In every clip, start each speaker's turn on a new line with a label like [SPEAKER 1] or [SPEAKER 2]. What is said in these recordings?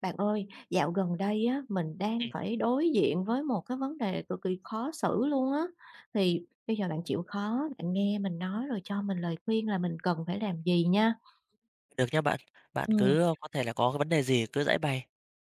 [SPEAKER 1] Bạn ơi, dạo gần đây á, mình đang
[SPEAKER 2] Ừm,
[SPEAKER 1] phải đối diện với một cái vấn đề cực kỳ khó xử luôn á. Thì bây giờ bạn chịu khó, bạn nghe mình nói rồi cho mình lời khuyên là mình cần phải làm gì nha.
[SPEAKER 2] được nha bạn. Bạn
[SPEAKER 1] Ừ.
[SPEAKER 2] cứ, ơ, có thể là có cái vấn đề gì cứ giãi bày.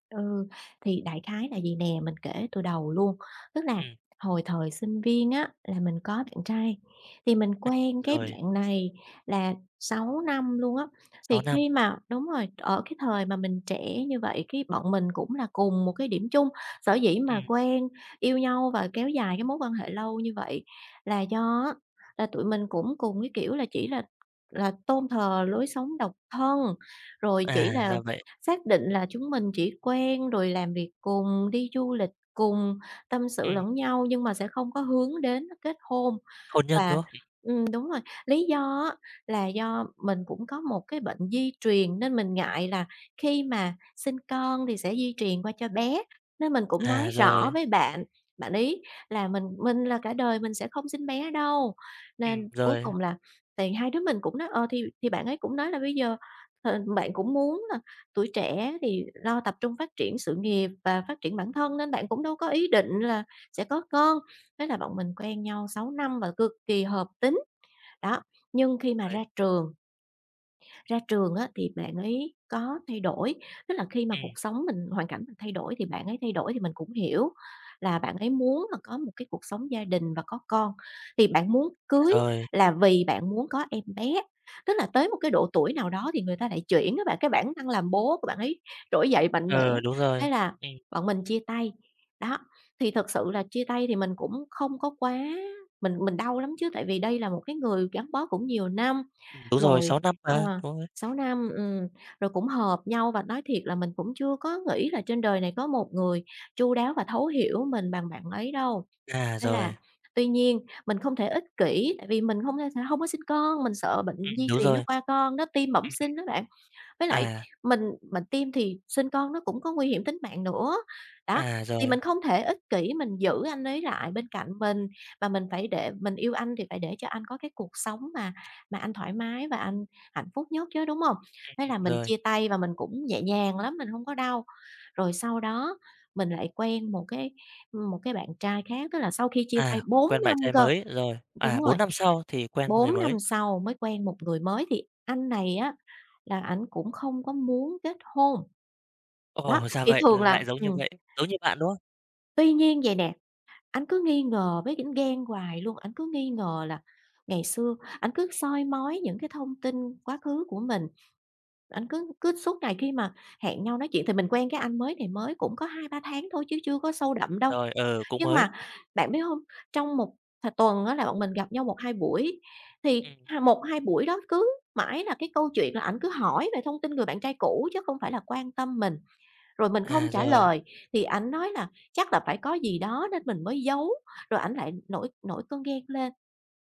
[SPEAKER 1] Ừ, thì đại khái là gì nè, mình kể từ đầu luôn, tức là
[SPEAKER 2] Ừm,
[SPEAKER 1] hồi thời sinh viên á, là mình có bạn trai, thì mình
[SPEAKER 2] hai
[SPEAKER 1] quen cái
[SPEAKER 2] rồi
[SPEAKER 1] bạn này là 6 năm luôn á.
[SPEAKER 2] sáu
[SPEAKER 1] Thì
[SPEAKER 2] năm,
[SPEAKER 1] khi mà đúng rồi, ở cái thời mà mình trẻ như vậy, cái bọn mình cũng là cùng một cái điểm chung, sở dĩ mà
[SPEAKER 2] ừm,
[SPEAKER 1] quen, yêu nhau và kéo dài cái mối quan hệ lâu như vậy là do á, là tụi mình cũng cùng cái kiểu là chỉ là tôn thờ lối sống độc thân, rồi chỉ
[SPEAKER 2] à,
[SPEAKER 1] là
[SPEAKER 2] ra vậy.
[SPEAKER 1] xác định là chúng mình chỉ quen rồi làm việc cùng, đi du lịch cùng, tâm sự
[SPEAKER 2] Ừm,
[SPEAKER 1] lẫn nhau nhưng mà sẽ không có hướng đến kết hôn.
[SPEAKER 2] hôn nhân,
[SPEAKER 1] Và
[SPEAKER 2] đúng không?
[SPEAKER 1] đúng rồi, lý do á là do mình cũng có một cái bệnh di truyền nên mình ngại là khi mà sinh con thì sẽ di truyền qua cho bé, nên mình cũng nói
[SPEAKER 2] À,
[SPEAKER 1] rõ
[SPEAKER 2] rồi,
[SPEAKER 1] với bạn, bạn ấy là mình là cả đời mình sẽ không sinh bé đâu. Nên cuối
[SPEAKER 2] rồi,
[SPEAKER 1] cùng là thì hai đứa mình cũng nói thì bạn ấy cũng nói là bây giờ, bạn cũng muốn là tuổi trẻ thì lo tập trung phát triển sự nghiệp và phát triển bản thân nên bạn cũng đâu có ý định là sẽ có con. Thế là bọn mình quen nhau 6 năm và cực kỳ hợp tính. Đó, nhưng khi mà
[SPEAKER 2] rồi,
[SPEAKER 1] ra trường á thì bạn ấy có thay đổi, tức là khi mà cuộc
[SPEAKER 2] ừm,
[SPEAKER 1] sống mình hoàn cảnh mình thay đổi thì bạn ấy thay đổi thì mình cũng hiểu là bạn ấy muốn là có một cái cuộc sống gia đình và có con. Thì bạn muốn cưới
[SPEAKER 2] à, rồi,
[SPEAKER 1] là vì bạn muốn có em bé, tức là tới một cái độ tuổi nào đó thì người ta lại chuyển các bạn, cái bản năng làm bố của bạn ấy trỗi dậy mạnh mẽ,
[SPEAKER 2] ờ,
[SPEAKER 1] hay là
[SPEAKER 2] ừm,
[SPEAKER 1] bọn mình chia tay. Đó, thì thật sự là chia tay thì mình cũng không có quá mình đau lắm chứ tại vì đây là một cái người gắn bó cũng nhiều năm
[SPEAKER 2] đúng rồi,
[SPEAKER 1] rồi,
[SPEAKER 2] 6 năm
[SPEAKER 1] ờ,
[SPEAKER 2] mà, đúng rồi.
[SPEAKER 1] 6 năm, rồi cũng hợp nhau và nói thiệt là mình cũng chưa có nghĩ là trên đời này có một người chu đáo và thấu hiểu mình bằng bạn ấy đâu.
[SPEAKER 2] À,
[SPEAKER 1] Nên là
[SPEAKER 2] rồi,
[SPEAKER 1] tuy nhiên mình không thể ích kỷ, tại vì mình không thể sẽ có sinh con, mình sợ bệnh di
[SPEAKER 2] đúng
[SPEAKER 1] truyền nó
[SPEAKER 2] rồi,
[SPEAKER 1] qua con đó, tim bẩm
[SPEAKER 2] ừm,
[SPEAKER 1] sinh
[SPEAKER 2] ừm,
[SPEAKER 1] đó bạn. Với lại
[SPEAKER 2] à,
[SPEAKER 1] mình mình tiêm thì sinh con nó cũng có nguy hiểm tính mạng nữa. Đó,
[SPEAKER 2] à,
[SPEAKER 1] thì
[SPEAKER 2] rồi,
[SPEAKER 1] mình không thể ích kỷ mình giữ anh ấy lại bên cạnh mình, và mình phải để mình yêu anh thì phải để cho anh có cái cuộc sống mà anh thoải mái và anh hạnh phúc nhất chứ, đúng không? Thế là mình
[SPEAKER 2] rồi,
[SPEAKER 1] chia tay và mình cũng nhẹ nhàng lắm, mình không có đau. Rồi sau đó mình lại quen một cái bạn trai khác, tức là sau khi chia tay
[SPEAKER 2] à,
[SPEAKER 1] 4
[SPEAKER 2] quen bạn
[SPEAKER 1] năm
[SPEAKER 2] trai
[SPEAKER 1] cơ.
[SPEAKER 2] mới, rồi, à,
[SPEAKER 1] Đúng
[SPEAKER 2] 4
[SPEAKER 1] rồi,
[SPEAKER 2] năm sau thì quen
[SPEAKER 1] 4
[SPEAKER 2] người
[SPEAKER 1] năm
[SPEAKER 2] mới.
[SPEAKER 1] sau mới quen một người mới thì anh này á là ảnh cũng không có muốn kết hôn. Đó,
[SPEAKER 2] Ồ, ra
[SPEAKER 1] thì
[SPEAKER 2] vậy,
[SPEAKER 1] thường là
[SPEAKER 2] lại giống như vậy, giống như bạn, đúng không?
[SPEAKER 1] tuy nhiên vậy nè, ảnh cứ nghi ngờ với những ghen hoài luôn, ảnh cứ nghi ngờ là ngày xưa ảnh cứ soi mói những cái thông tin quá khứ của mình, ảnh cứ cứ suốt ngày khi mà hẹn nhau nói chuyện thì mình quen cái anh mới này mới cũng có hai ba tháng thôi chứ chưa có sâu đậm đâu.
[SPEAKER 2] Rồi, ờ, cũng
[SPEAKER 1] Nhưng mà
[SPEAKER 2] mới,
[SPEAKER 1] bạn biết không? Trong một tuần đó là bọn mình gặp nhau một hai buổi, thì
[SPEAKER 2] ừm,
[SPEAKER 1] 1-2 buổi đó cứ mãi là cái câu chuyện là ảnh cứ hỏi về thông tin người bạn trai cũ chứ không phải là quan tâm mình. Rồi mình không
[SPEAKER 2] à,
[SPEAKER 1] trả
[SPEAKER 2] rồi.
[SPEAKER 1] lời, thì ảnh nói là chắc là phải có gì đó nên mình mới giấu, rồi ảnh lại nổi nổi cơn ghen lên.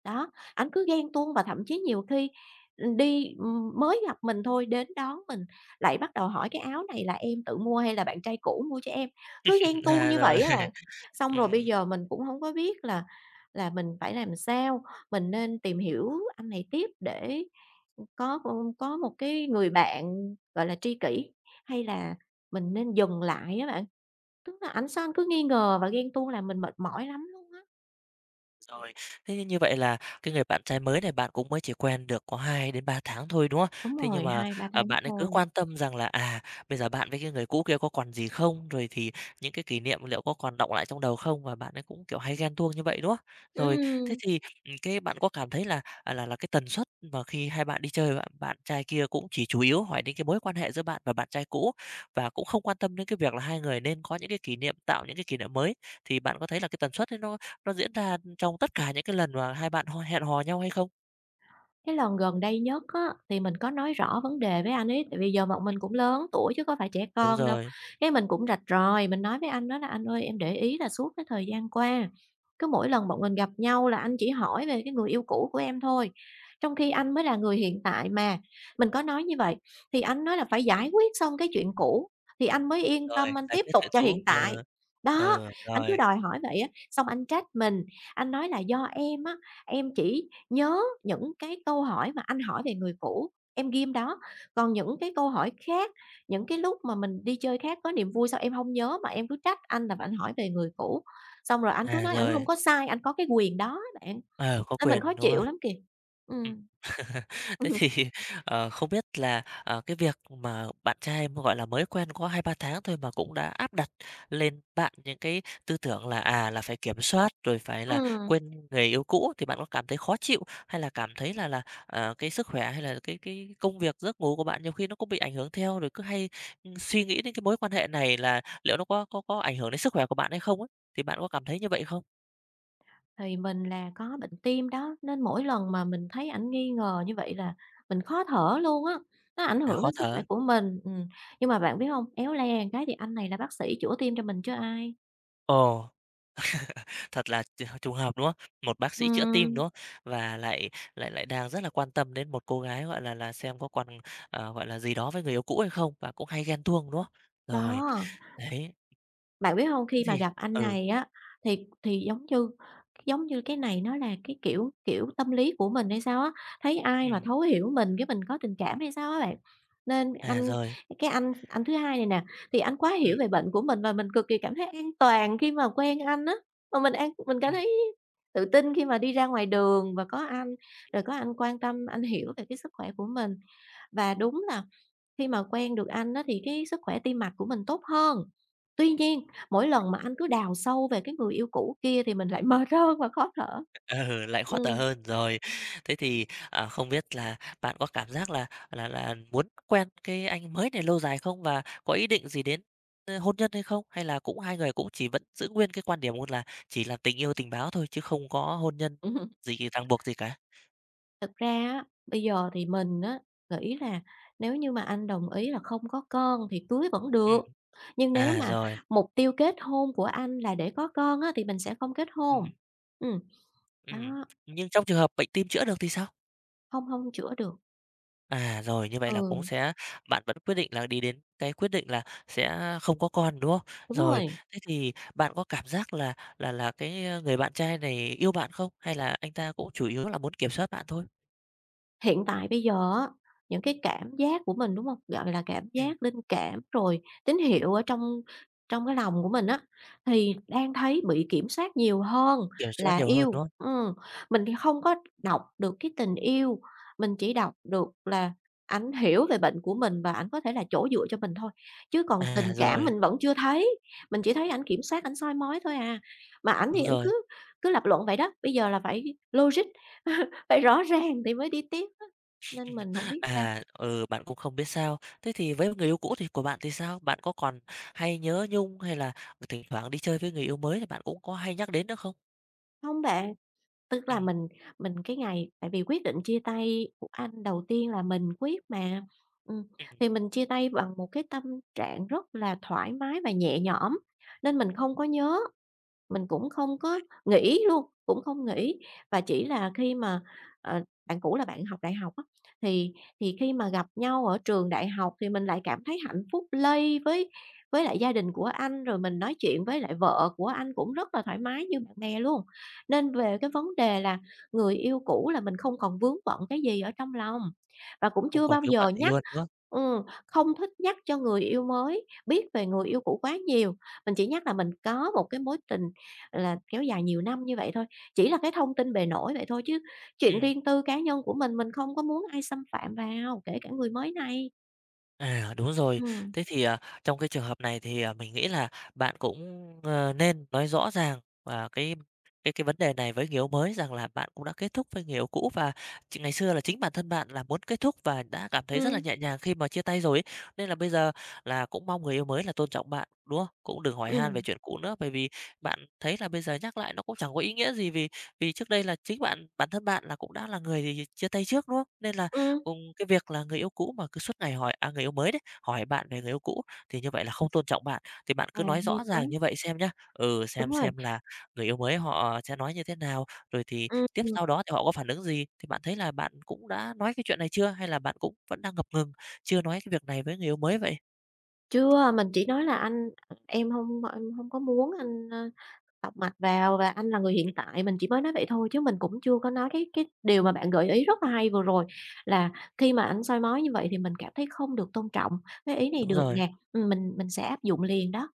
[SPEAKER 1] Đó, ảnh cứ ghen tuông và thậm chí nhiều khi, ừ, đi mới gặp mình thôi, đến đón mình lại bắt đầu hỏi "Cái áo này là em tự mua hay là bạn trai cũ mua cho em?" Cứ ghen tuông
[SPEAKER 2] À,
[SPEAKER 1] như
[SPEAKER 2] rồi.
[SPEAKER 1] vậy á bạn. Xong rồi bây
[SPEAKER 2] Ừm.
[SPEAKER 1] giờ mình cũng không có biết là mình phải làm sao, mình nên tìm hiểu anh này tiếp để, có ừ, có một cái người bạn, gọi là, tri kỷ, hay là mình nên dừng lại á bạn. Tức là ảnh sao ảnh cứ nghi ngờ và ghen tuông là mình mệt mỏi lắm luôn á.
[SPEAKER 2] Rồi, thế như vậy là cái người bạn trai mới này bạn cũng mới chỉ quen được có 2 đến 3 tháng thôi, đúng không?
[SPEAKER 1] Đúng
[SPEAKER 2] Thế nhưng
[SPEAKER 1] rồi,
[SPEAKER 2] mà,
[SPEAKER 1] hai ba
[SPEAKER 2] à,
[SPEAKER 1] tháng
[SPEAKER 2] bạn ấy cứ
[SPEAKER 1] thôi.
[SPEAKER 2] quan tâm rằng là, à, bây giờ bạn với cái người cũ kia có còn gì không? Rồi thì những cái kỷ niệm liệu có còn đọng lại trong đầu không? Và bạn ấy cũng, kiểu, hay ghen tuông như vậy, đúng không? Rồi, thế
[SPEAKER 1] Ừm,
[SPEAKER 2] thì, cái bạn có cảm thấy là, à, là cái tần suất mà khi hai bạn đi chơi, bạn bạn trai kia cũng chỉ chủ yếu hỏi đến cái mối quan hệ giữa bạn và bạn trai cũ và cũng không quan tâm đến cái việc là hai người nên có những cái kỷ niệm, tạo những cái kỷ niệm mới, thì bạn có thấy là cái tần suất ấy nó diễn ra trong tất cả những cái lần mà hai bạn hẹn hò nhau hay không?
[SPEAKER 1] cái lần gần đây nhất á, thì mình có nói rõ vấn đề với anh ấy, tại vì giờ bọn mình cũng lớn tuổi chứ có phải trẻ
[SPEAKER 2] Đúng
[SPEAKER 1] con đâu.
[SPEAKER 2] rồi.
[SPEAKER 1] Cái mình cũng rạch ròi, mình nói với anh đó là "Anh ơi, em để ý là suốt cái thời gian qua, cứ mỗi
[SPEAKER 2] Ừm,
[SPEAKER 1] lần bọn mình gặp nhau là anh chỉ hỏi về cái người yêu cũ của em thôi, trong khi
[SPEAKER 2] ừm,
[SPEAKER 1] anh mới là người hiện tại mà." Mình có nói như vậy, thì anh nói là phải giải quyết xong cái chuyện cũ thì anh mới yên
[SPEAKER 2] rồi,
[SPEAKER 1] tâm anh
[SPEAKER 2] giải
[SPEAKER 1] tiếp
[SPEAKER 2] quyết
[SPEAKER 1] tục
[SPEAKER 2] chuyện
[SPEAKER 1] cho
[SPEAKER 2] cũ.
[SPEAKER 1] hiện tại.
[SPEAKER 2] Ờ,
[SPEAKER 1] Đó,
[SPEAKER 2] ờ,
[SPEAKER 1] anh cứ
[SPEAKER 2] rồi,
[SPEAKER 1] đòi hỏi vậy á, xong anh trách mình, anh nói là "Do em á, em chỉ nhớ những cái câu hỏi mà anh hỏi về người cũ, em ghim đó, còn những cái câu hỏi khác, những cái lúc mà mình đi chơi khác có niềm vui sao em không nhớ mà em cứ trách anh là anh hỏi về người cũ, xong rồi anh cứ
[SPEAKER 2] à,
[SPEAKER 1] nói anh không
[SPEAKER 2] rồi,
[SPEAKER 1] có sai, anh có cái quyền đó bạn,
[SPEAKER 2] ờ, có
[SPEAKER 1] nên mình khó
[SPEAKER 2] quyền, đúng rồi.
[SPEAKER 1] chịu lắm kìa."
[SPEAKER 2] Ừm.
[SPEAKER 1] Ừm.
[SPEAKER 2] Thế
[SPEAKER 1] Ừm.
[SPEAKER 2] thì, ờ, không biết là, ờ, cái việc mà bạn trai, em gọi là, mới quen có hai ba tháng thôi mà cũng đã áp đặt lên bạn những cái tư tưởng là, à, là phải kiểm soát, rồi phải là quên người yêu cũ thì bạn có cảm thấy khó chịu, hay là cảm thấy là, ờ, cái sức khỏe hay là cái công việc, giấc ngủ của bạn nhiều khi nó cũng bị ảnh hưởng theo, rồi cứ hay, suy nghĩ đến cái mối quan hệ này là liệu nó có ảnh hưởng đến sức khỏe của bạn hay không ấy? Thì bạn có cảm thấy như vậy không?
[SPEAKER 1] Thì mình là có bệnh tim đó, nên mỗi lần mà mình thấy ảnh nghi ngờ như vậy là mình khó thở luôn á, nó ảnh
[SPEAKER 2] À,
[SPEAKER 1] hưởng
[SPEAKER 2] khó
[SPEAKER 1] đến sức khỏe
[SPEAKER 2] thở.
[SPEAKER 1] của mình, Nhưng mà bạn biết không éo le cái thì anh này là bác sĩ chữa tim cho mình chứ ai.
[SPEAKER 2] Ồ. Thật là trùng hợp, đúng không? Một bác sĩ chữa tim,
[SPEAKER 1] Ừm.
[SPEAKER 2] đúng không? Và lại lại lại đang rất là quan tâm đến một cô gái, gọi là, xem có còn, ờ, gọi là, gì đó với người yêu cũ hay không và cũng hay ghen tuông, đúng không? Rồi,
[SPEAKER 1] Đó,
[SPEAKER 2] đấy,
[SPEAKER 1] bạn biết hông? Khi
[SPEAKER 2] thế
[SPEAKER 1] mà
[SPEAKER 2] thì
[SPEAKER 1] gặp anh
[SPEAKER 2] ừ,
[SPEAKER 1] này á, thì giống như cái này nó là cái, kiểu kiểu, tâm lý của mình hay sao á, thấy ai mà
[SPEAKER 2] ừm,
[SPEAKER 1] thấu hiểu mình cái mình có tình cảm hay sao á bạn. Nên
[SPEAKER 2] à,
[SPEAKER 1] anh
[SPEAKER 2] rồi,
[SPEAKER 1] Cái anh thứ hai này nè, thì ảnh quá hiểu
[SPEAKER 2] ừm,
[SPEAKER 1] về bệnh của mình và mình cực kỳ cảm thấy an toàn khi mà quen anh á, mà mình cảm
[SPEAKER 2] ừm.
[SPEAKER 1] thấy tự tin khi mà đi ra ngoài đường và có anh, rồi có anh quan tâm, anh hiểu về cái sức khỏe của mình. Và đúng là khi mà quen được anh á thì cái sức khỏe tim mạch của mình tốt hơn. Tuy nhiên, mỗi lần mà anh cứ đào sâu về cái người yêu cũ kia thì mình lại mệt hơn và khó thở.
[SPEAKER 2] Ừ, lại khó thở
[SPEAKER 1] Ừm,
[SPEAKER 2] hơn, rồi. Thế thì, à, không biết là bạn có cảm giác là muốn quen cái anh mới này lâu dài không? Và có ý định gì đến, ơ, hôn nhân hay không? Hay là cũng hai người cũng chỉ vẫn giữ nguyên cái quan điểm luôn là chỉ là tình yêu tình báo thôi chứ không có hôn nhân gì ràng buộc gì cả?
[SPEAKER 1] thực ra á, bây giờ thì mình á nghĩ là nếu như mà anh đồng ý là không có con thì cưới vẫn được.
[SPEAKER 2] Ừm,
[SPEAKER 1] Nhưng nếu
[SPEAKER 2] à,
[SPEAKER 1] mà
[SPEAKER 2] rồi,
[SPEAKER 1] mục tiêu kết hôn của anh là để có con á thì mình sẽ không kết
[SPEAKER 2] ừm,
[SPEAKER 1] hôn. Ừm,
[SPEAKER 2] ừm.
[SPEAKER 1] đó,
[SPEAKER 2] Nhưng trong trường hợp bệnh tim chữa được thì sao?
[SPEAKER 1] hông hông chữa được.
[SPEAKER 2] À, rồi, như vậy là cũng
[SPEAKER 1] Ừ,
[SPEAKER 2] sẽ bạn vẫn quyết định là đi đến cái quyết định là sẽ không có con, đúng không?
[SPEAKER 1] đúng
[SPEAKER 2] Rồi,
[SPEAKER 1] rồi.
[SPEAKER 2] thế thì bạn có cảm giác là cái, ơ, người bạn trai này yêu bạn không? Hay là anh ta cũng chủ yếu là muốn kiểm soát bạn thôi?
[SPEAKER 1] Hiện tại bây giờ á, những cái cảm giác của mình, đúng hông? Gọi là, cảm
[SPEAKER 2] Ừm,
[SPEAKER 1] giác, linh cảm, rồi tín hiệu ở trong trong cái lòng của mình á, thì
[SPEAKER 2] ừm,
[SPEAKER 1] đang thấy bị kiểm soát nhiều hơn
[SPEAKER 2] kiểm soát
[SPEAKER 1] là
[SPEAKER 2] nhiều hơn,
[SPEAKER 1] yêu.
[SPEAKER 2] đúng không?
[SPEAKER 1] Mình thì không có đọc được cái tình yêu, mình chỉ đọc được là ảnh hiểu về bệnh của mình và ảnh có thể là chỗ dựa cho mình thôi, chứ còn tình
[SPEAKER 2] À,
[SPEAKER 1] cảm
[SPEAKER 2] rồi,
[SPEAKER 1] mình vẫn chưa thấy, mình chỉ thấy ảnh kiểm soát, ảnh soi mói thôi à. Mà ảnh thì
[SPEAKER 2] đúng
[SPEAKER 1] ảnh
[SPEAKER 2] rồi.
[SPEAKER 1] cứ cứ lập luận vậy đó, bây giờ là phải logic. Phải rõ ràng thì mới đi tiếp á, nên mình hổng biết sao.
[SPEAKER 2] À, ừ, bạn cũng không biết sao. Thế thì với người yêu cũ thì của bạn thì sao? Bạn có còn hay nhớ nhung hay là thỉnh thoảng đi chơi với người yêu mới thì bạn cũng có hay nhắc đến nữa không?
[SPEAKER 1] Hông bạn, tức là
[SPEAKER 2] Ừm,
[SPEAKER 1] mình cái ngày tại vì quyết định chia tay của anh đầu tiên là mình quyết mà, ừm,
[SPEAKER 2] ừm,
[SPEAKER 1] thì mình chia tay bằng một cái tâm trạng rất là thoải mái và nhẹ nhõm, nên mình không có nhớ. Mình cũng không có nghĩ luôn, cũng không nghĩ và chỉ là khi mà, bạn cũ là bạn học đại học á, thì khi mà gặp nhau ở trường đại học thì mình lại cảm thấy hạnh phúc lây với lại gia đình của anh, rồi mình nói chuyện với lại vợ của anh cũng rất là thoải mái như bạn bè luôn. Nên về cái vấn đề là người yêu cũ là mình không còn vướng bận cái gì ở trong lòng và cũng
[SPEAKER 2] không
[SPEAKER 1] chưa
[SPEAKER 2] còn
[SPEAKER 1] bao
[SPEAKER 2] thiếu
[SPEAKER 1] giờ
[SPEAKER 2] bạn thì
[SPEAKER 1] nhắc.
[SPEAKER 2] luôn, đúng không?
[SPEAKER 1] ừm, không thích nhắc cho người yêu mới biết về người yêu cũ quá nhiều. Mình chỉ nhắc là mình có một cái mối tình là kéo dài nhiều năm như vậy thôi, chỉ là cái thông tin bề nổi vậy thôi chứ chuyện
[SPEAKER 2] Ừm.
[SPEAKER 1] riêng tư cá nhân của mình không có muốn ai xâm phạm vào, kể cả người mới này.
[SPEAKER 2] À, đúng rồi.
[SPEAKER 1] Ừ,
[SPEAKER 2] Thế thì, à, trong cái trường hợp này thì, à, mình nghĩ là bạn cũng, ờ, nên nói rõ ràng, và cái vấn đề này với người yêu mới rằng là bạn cũng đã kết thúc với người yêu cũ và ngày xưa là chính bản thân bạn là muốn kết thúc và đã cảm thấy rất là
[SPEAKER 1] ừ,
[SPEAKER 2] nhẹ nhàng khi mà chia tay rồi ấy. Nên là bây giờ là cũng mong người yêu mới là tôn trọng bạn, đúng không? Cũng đừng hỏi
[SPEAKER 1] ừ,
[SPEAKER 2] han về chuyện cũ nữa, bởi vì bạn thấy là bây giờ nhắc lại nó cũng chẳng có ý nghĩa gì vì vì trước đây là chính bạn bản thân bạn là cũng đã là người thì chia tay trước, đúng không? Nên là
[SPEAKER 1] ừm.
[SPEAKER 2] cùng cái việc là người yêu cũ mà cứ suốt ngày hỏi à, người yêu mới đấy, hỏi bạn về người yêu cũ thì như vậy là không tôn trọng bạn, thì bạn
[SPEAKER 1] À,
[SPEAKER 2] cứ nói
[SPEAKER 1] hay
[SPEAKER 2] rõ
[SPEAKER 1] quá,
[SPEAKER 2] ràng như vậy xem nhá. Ừ,
[SPEAKER 1] đúng rồi,
[SPEAKER 2] xem là người yêu mới họ sẽ nói như thế nào, rồi thì tiếp
[SPEAKER 1] ừm,
[SPEAKER 2] sau đó thì họ có phản ứng gì, thì bạn thấy là bạn cũng đã nói cái chuyện này chưa, hay là bạn cũng vẫn đang ngập ngừng, chưa nói cái việc này với người yêu mới vậy?
[SPEAKER 1] chưa, mình chỉ nói là anh em không có muốn anh, tọc mạch vào và anh là người hiện tại." Mình chỉ mới nói vậy thôi chứ mình cũng chưa có nói cái điều mà bạn gợi ý rất là hay vừa rồi, là khi mà anh soi mói như vậy thì mình cảm thấy không được tôn trọng, cái ý này
[SPEAKER 2] Đúng
[SPEAKER 1] được
[SPEAKER 2] rồi.
[SPEAKER 1] nè, mình sẽ áp dụng liền đó.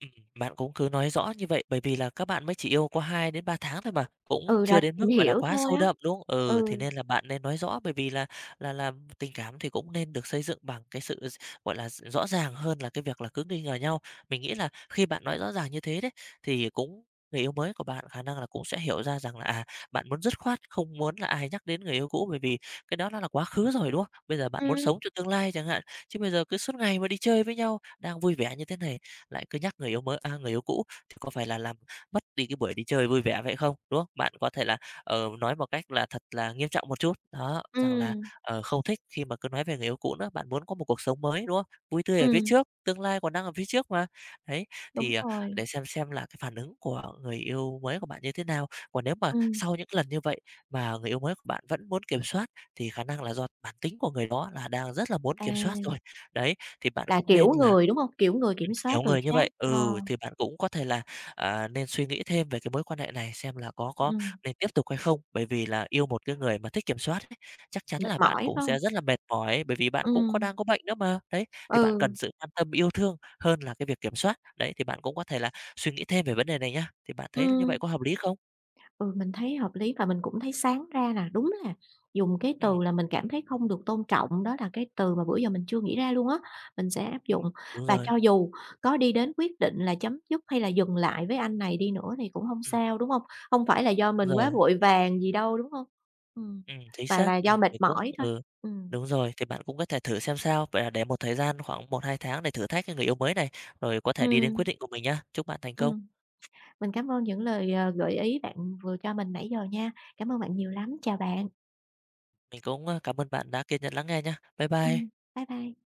[SPEAKER 2] Ừm, bạn cũng cứ nói rõ như vậy, bởi vì là các bạn mới chỉ yêu có 2 đến 3 tháng thôi mà, cũng
[SPEAKER 1] Ừ, là
[SPEAKER 2] chưa đến
[SPEAKER 1] tìm
[SPEAKER 2] mức, gọi là,
[SPEAKER 1] hiểu
[SPEAKER 2] quá
[SPEAKER 1] thôi
[SPEAKER 2] sâu
[SPEAKER 1] á.
[SPEAKER 2] đậm, đúng không? Ừ, thì
[SPEAKER 1] Ừ.
[SPEAKER 2] nên là bạn nên nói rõ, bởi vì là tình cảm thì cũng nên được xây dựng bằng cái sự gọi là, rõ ràng hơn là cái việc là cứ nghi ngờ nhau. Mình nghĩ là khi bạn nói rõ ràng như thế đấy, thì cũng người yêu mới của bạn khả năng là cũng sẽ hiểu ra rằng là, à, bạn muốn dứt khoát, không muốn là ai nhắc đến người yêu cũ, bởi vì cái đó nó là quá khứ rồi, đúng không? Bây giờ bạn muốn
[SPEAKER 1] Ừm.
[SPEAKER 2] sống cho tương lai chẳng hạn, chứ bây giờ cứ suốt ngày mà đi chơi với nhau, đang vui vẻ như thế này lại cứ nhắc người yêu mới à, người yêu cũ thì có phải là làm mất đi cái buổi đi chơi vui vẻ vậy không, đúng không? Bạn có thể là, ờ, nói một cách là thật là nghiêm trọng một chút, đó, rằng là,
[SPEAKER 1] Ừm.
[SPEAKER 2] ờ, không thích khi mà cứ nói về người yêu cũ nữa, bạn muốn có một cuộc sống mới, đúng không? Vui tươi ở phía
[SPEAKER 1] Ừm,
[SPEAKER 2] trước, tương lai còn đang ở phía trước mà. Đấy,
[SPEAKER 1] đúng
[SPEAKER 2] thì, à,
[SPEAKER 1] rồi.
[SPEAKER 2] để xem là cái phản ứng của người yêu mới của bạn như thế nào. Còn nếu mà
[SPEAKER 1] Ừm.
[SPEAKER 2] sau những lần như vậy mà người yêu mới của bạn vẫn muốn kiểm soát thì khả năng là do bản tính của người đó là đang rất là muốn
[SPEAKER 1] À,
[SPEAKER 2] kiểm soát rồi. Đấy, thì bạn
[SPEAKER 1] là
[SPEAKER 2] cũng
[SPEAKER 1] kiểu
[SPEAKER 2] nên là
[SPEAKER 1] người, đúng hông? Kiểu người kiểm soát
[SPEAKER 2] kiểu
[SPEAKER 1] người
[SPEAKER 2] người như
[SPEAKER 1] khác.
[SPEAKER 2] vậy,
[SPEAKER 1] Ờ,
[SPEAKER 2] ừ, thì bạn cũng có thể là, à, nên suy nghĩ thêm về cái mối quan hệ này xem là có
[SPEAKER 1] ừm.
[SPEAKER 2] nên tiếp tục hay không. Bởi vì là yêu một cái người mà thích kiểm soát ấy, chắc chắn
[SPEAKER 1] Mệt
[SPEAKER 2] là bạn
[SPEAKER 1] mỏi
[SPEAKER 2] cũng
[SPEAKER 1] phải hông?
[SPEAKER 2] sẽ rất là mệt mỏi ấy, bởi vì bạn cũng có
[SPEAKER 1] Ừm,
[SPEAKER 2] đang có bệnh nữa mà. Đấy, thì bạn
[SPEAKER 1] ừ,
[SPEAKER 2] cần sự quan tâm yêu thương hơn là cái việc kiểm soát. Đấy, thì bạn cũng có thể là suy nghĩ thêm về vấn đề này nhá. Thì bạn thấy là như vậy
[SPEAKER 1] ừm.
[SPEAKER 2] có hợp lý không?
[SPEAKER 1] Ừ, mình thấy hợp lý và mình cũng thấy sáng ra là đúng là dùng cái từ
[SPEAKER 2] Ừm,
[SPEAKER 1] là mình cảm thấy không được tôn trọng, đó là cái từ mà bữa giờ mình chưa nghĩ ra luôn á, mình sẽ áp
[SPEAKER 2] ừm,
[SPEAKER 1] dụng.
[SPEAKER 2] đúng
[SPEAKER 1] Và
[SPEAKER 2] rồi,
[SPEAKER 1] cho dù có đi đến quyết định là chấm dứt hay là dừng lại với anh này đi nữa thì cũng không
[SPEAKER 2] ừm,
[SPEAKER 1] sao, đúng không? Không phải là do
[SPEAKER 2] đúng
[SPEAKER 1] mình quá
[SPEAKER 2] rồi.
[SPEAKER 1] vội vàng gì đâu, đúng không? Ừm,
[SPEAKER 2] Chính
[SPEAKER 1] và
[SPEAKER 2] xác,
[SPEAKER 1] là do mệt
[SPEAKER 2] mình cũng
[SPEAKER 1] mỏi thôi.
[SPEAKER 2] ừ,
[SPEAKER 1] Ừm.
[SPEAKER 2] đúng rồi, thì bạn cũng có thể thử xem sao. Vậy là để một thời gian khoảng một hai tháng để thử thách cái người yêu mới này, rồi có thể đi đến quyết
[SPEAKER 1] Ừm.
[SPEAKER 2] định của mình nhá. Chúc bạn thành công.
[SPEAKER 1] Ừm. Mình cảm ơn những lời, gợi ý bạn vừa cho mình nãy giờ nha. Cảm ơn bạn nhiều lắm, chào bạn.
[SPEAKER 2] Mình cũng, ơ, cảm ơn bạn đã kiên nhẫn lắng nghe nhá. Bye bye.
[SPEAKER 1] Ừm, bye bye.